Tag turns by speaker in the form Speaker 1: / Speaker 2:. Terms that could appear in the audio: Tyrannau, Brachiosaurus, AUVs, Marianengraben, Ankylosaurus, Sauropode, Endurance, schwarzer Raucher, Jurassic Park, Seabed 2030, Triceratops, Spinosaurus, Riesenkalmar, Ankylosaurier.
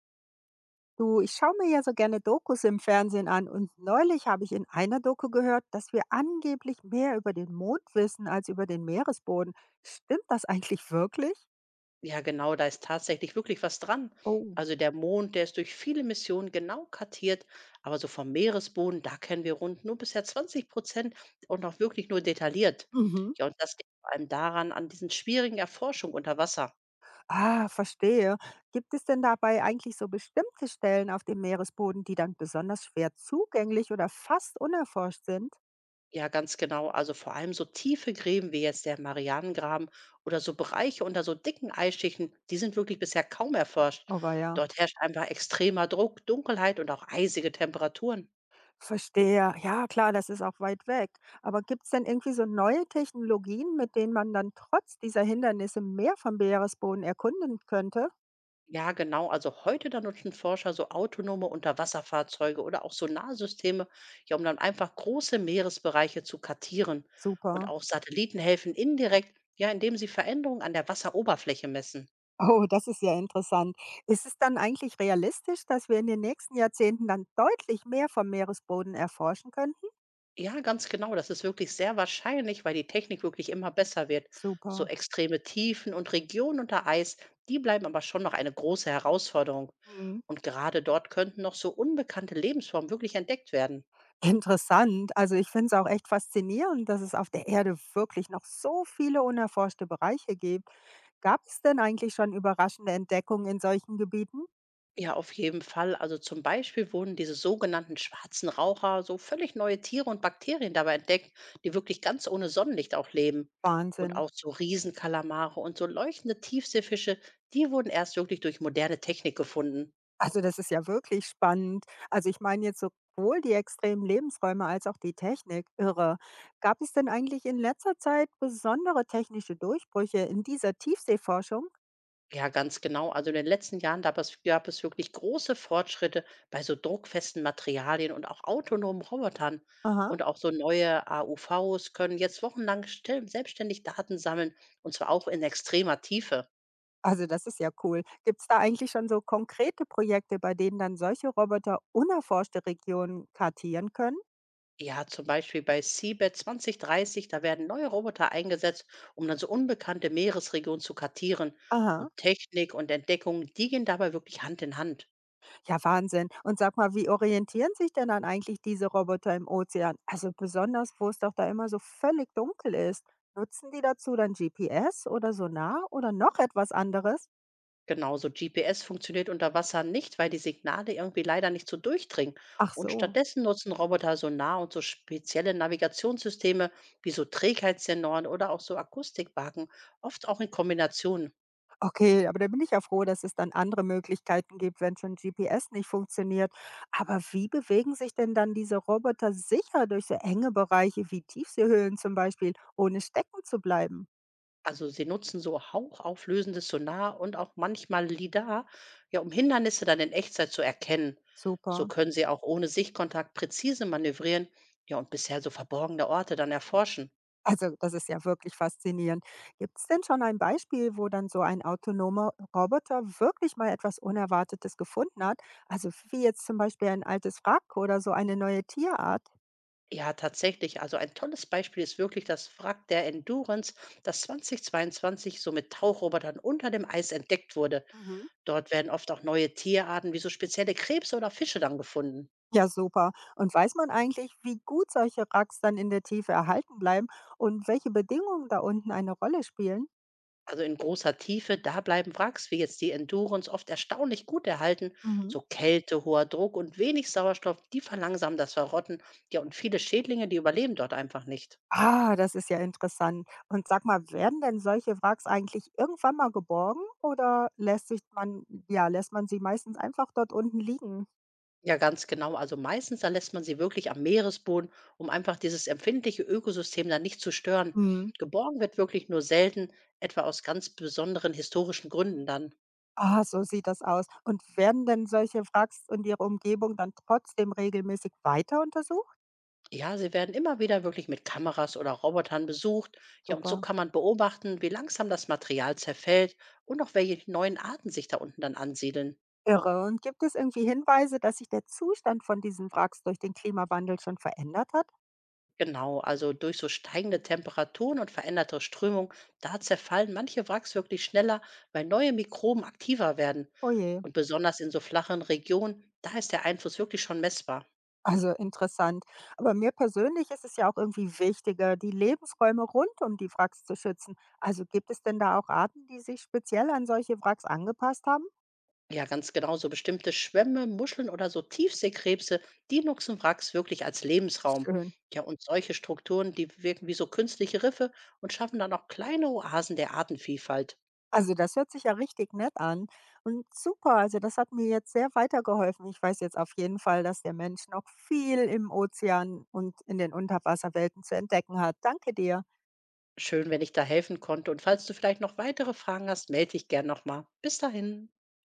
Speaker 1: Du, ich schaue mir ja so gerne Dokus im Fernsehen an und neulich habe ich in einer Doku gehört, dass wir angeblich mehr über den Mond wissen als über den Meeresboden. Stimmt das eigentlich wirklich?
Speaker 2: Ja, genau, da ist tatsächlich wirklich was dran.
Speaker 1: Oh.
Speaker 2: Also der Mond, der ist durch viele Missionen genau kartiert, aber so vom Meeresboden, da kennen wir rund nur bisher 20% und auch wirklich nur detailliert.
Speaker 1: Mhm.
Speaker 2: Ja, und das liegt vor allem daran, an diesen schwierigen Erforschungen unter Wasser.
Speaker 1: Ah, verstehe. Gibt es denn dabei eigentlich so bestimmte Stellen auf dem Meeresboden, die dann besonders schwer zugänglich oder fast unerforscht sind?
Speaker 2: Ja, ganz genau. Also vor allem so tiefe Gräben wie jetzt der Marianengraben oder so Bereiche unter so dicken Eisschichten, die sind wirklich bisher kaum erforscht.
Speaker 1: Oh ja.
Speaker 2: Dort herrscht einfach extremer Druck, Dunkelheit und auch eisige Temperaturen.
Speaker 1: Verstehe. Ja, klar, das ist auch weit weg. Aber gibt es denn irgendwie so neue Technologien, mit denen man dann trotz dieser Hindernisse mehr vom Meeresboden erkunden könnte?
Speaker 2: Ja, genau. Also heute, da nutzen Forscher so autonome Unterwasserfahrzeuge oder auch Sonarsysteme, ja, um dann einfach große Meeresbereiche zu kartieren. Und
Speaker 1: Super.
Speaker 2: auch Satelliten helfen indirekt, ja, indem sie Veränderungen an der Wasseroberfläche messen.
Speaker 1: Oh, das ist ja interessant. Ist es dann eigentlich realistisch, dass wir in den nächsten Jahrzehnten dann deutlich mehr vom Meeresboden erforschen könnten?
Speaker 2: Ja, ganz genau. Das ist wirklich sehr wahrscheinlich, weil die Technik wirklich immer besser wird. So
Speaker 1: Super.
Speaker 2: extreme Tiefen und Regionen unter Eis, die bleiben aber schon noch eine große Herausforderung.
Speaker 1: Mhm.
Speaker 2: Und gerade dort könnten noch so unbekannte Lebensformen wirklich entdeckt werden.
Speaker 1: Interessant. Also, ich finde es auch echt faszinierend, dass es auf der Erde wirklich noch so viele unerforschte Bereiche gibt. Gab es denn eigentlich schon überraschende Entdeckungen in solchen Gebieten?
Speaker 2: Ja, auf jeden Fall. Also zum Beispiel wurden diese sogenannten schwarzen Raucher so völlig neue Tiere und Bakterien dabei entdeckt, die wirklich ganz ohne Sonnenlicht auch leben. Und
Speaker 1: Wahnsinn.
Speaker 2: auch so Riesenkalamare und so leuchtende Tiefseefische, die wurden erst wirklich durch moderne Technik gefunden.
Speaker 1: Also, das ist ja wirklich spannend. Also, ich meine jetzt sowohl die extremen Lebensräume als auch die Technik. Irre. Gab es denn eigentlich in letzter Zeit besondere technische Durchbrüche in dieser Tiefseeforschung?
Speaker 2: Ja, ganz genau. Also in den letzten Jahren gab es wirklich große Fortschritte bei so druckfesten Materialien und auch autonomen Robotern.
Speaker 1: Aha.
Speaker 2: Und auch so neue AUVs können jetzt wochenlang selbstständig Daten sammeln, und zwar auch in extremer Tiefe.
Speaker 1: Also, das ist ja cool. Gibt es da eigentlich schon so konkrete Projekte, bei denen dann solche Roboter unerforschte Regionen kartieren können?
Speaker 2: Ja, zum Beispiel bei Seabed 2030, da werden neue Roboter eingesetzt, um dann so unbekannte Meeresregionen zu kartieren.
Speaker 1: Aha.
Speaker 2: Und Technik und Entdeckung, die gehen dabei wirklich Hand in Hand.
Speaker 1: Ja, Wahnsinn. Und sag mal, wie orientieren sich denn dann eigentlich diese Roboter im Ozean? Also besonders, wo es doch da immer so völlig dunkel ist. Nutzen die dazu dann GPS oder Sonar oder noch etwas anderes?
Speaker 2: Genauso GPS funktioniert unter Wasser nicht, weil die Signale irgendwie leider nicht so durchdringen.
Speaker 1: Ach
Speaker 2: Und
Speaker 1: so.
Speaker 2: stattdessen nutzen Roboter Sonar und so spezielle Navigationssysteme wie so Trägheitssensoren oder auch so Akustikwagen, oft auch in Kombination.
Speaker 1: Okay, aber da bin ich ja froh, dass es dann andere Möglichkeiten gibt, wenn schon GPS nicht funktioniert. Aber wie bewegen sich denn dann diese Roboter sicher durch so enge Bereiche wie Tiefseehöhlen zum Beispiel, ohne stecken zu bleiben?
Speaker 2: Also sie nutzen so hauchauflösendes Sonar und auch manchmal LiDAR, ja, um Hindernisse dann in Echtzeit zu erkennen. So
Speaker 1: Super.
Speaker 2: können sie auch ohne Sichtkontakt präzise manövrieren, ja, und bisher so verborgene Orte dann erforschen.
Speaker 1: Also, das ist ja wirklich faszinierend. Gibt es denn schon ein Beispiel, wo dann so ein autonomer Roboter wirklich mal etwas Unerwartetes gefunden hat? Also wie jetzt zum Beispiel ein altes Wrack oder so eine neue Tierart?
Speaker 2: Ja, tatsächlich. Also ein tolles Beispiel ist wirklich das Wrack der Endurance, das 2022 so mit Tauchrobotern unter dem Eis entdeckt wurde.
Speaker 1: Mhm.
Speaker 2: Dort werden oft auch neue Tierarten wie so spezielle Krebse oder Fische dann gefunden.
Speaker 1: Ja, super. Und weiß man eigentlich, wie gut solche Wracks dann in der Tiefe erhalten bleiben und welche Bedingungen da unten eine Rolle spielen?
Speaker 2: Also in großer Tiefe, da bleiben Wracks wie jetzt die Endurance oft erstaunlich gut erhalten.
Speaker 1: Mhm.
Speaker 2: So Kälte, hoher Druck und wenig Sauerstoff, die verlangsamen das Verrotten. Ja, und viele Schädlinge, die überleben dort einfach nicht.
Speaker 1: Ah, das ist ja interessant. Und sag mal, werden denn solche Wracks eigentlich irgendwann mal geborgen oder lässt sich man ja, lässt man sie meistens einfach dort unten liegen?
Speaker 2: Ja, ganz genau. Also meistens da lässt man sie wirklich am Meeresboden, um einfach dieses empfindliche Ökosystem dann nicht zu stören.
Speaker 1: Mhm.
Speaker 2: Geborgen wird wirklich nur selten, etwa aus ganz besonderen historischen Gründen dann.
Speaker 1: Ah, so sieht das aus. Und werden denn solche Wracks und ihre Umgebung dann trotzdem regelmäßig weiter untersucht?
Speaker 2: Ja, sie werden immer wieder wirklich mit Kameras oder Robotern besucht. Ja, und so
Speaker 1: Super.
Speaker 2: kann man beobachten, wie langsam das Material zerfällt und auch welche neuen Arten sich da unten dann ansiedeln.
Speaker 1: Irre. Und gibt es irgendwie Hinweise, dass sich der Zustand von diesen Wracks durch den Klimawandel schon verändert hat?
Speaker 2: Genau, also durch so steigende Temperaturen und veränderte Strömung, da zerfallen manche Wracks wirklich schneller, weil neue Mikroben aktiver werden.
Speaker 1: Oh je.
Speaker 2: Und besonders in so flachen Regionen, da ist der Einfluss wirklich schon messbar.
Speaker 1: Also interessant. Aber mir persönlich ist es ja auch irgendwie wichtiger, die Lebensräume rund um die Wracks zu schützen. Also gibt es denn da auch Arten, die sich speziell an solche Wracks angepasst haben?
Speaker 2: Ja, ganz genau. So bestimmte Schwämme, Muscheln oder so Tiefseekrebse, die nutzen Wracks wirklich als Lebensraum.
Speaker 1: Schön.
Speaker 2: Ja, und solche Strukturen, die wirken wie so künstliche Riffe und schaffen dann auch kleine Oasen der Artenvielfalt.
Speaker 1: Also das hört sich ja richtig nett an. Und super, also das hat mir jetzt sehr weitergeholfen. Ich weiß jetzt auf jeden Fall, dass der Mensch noch viel im Ozean und in den Unterwasserwelten zu entdecken hat. Danke dir.
Speaker 2: Schön, wenn ich da helfen konnte. Und falls du vielleicht noch weitere Fragen hast, melde dich gern nochmal. Bis dahin.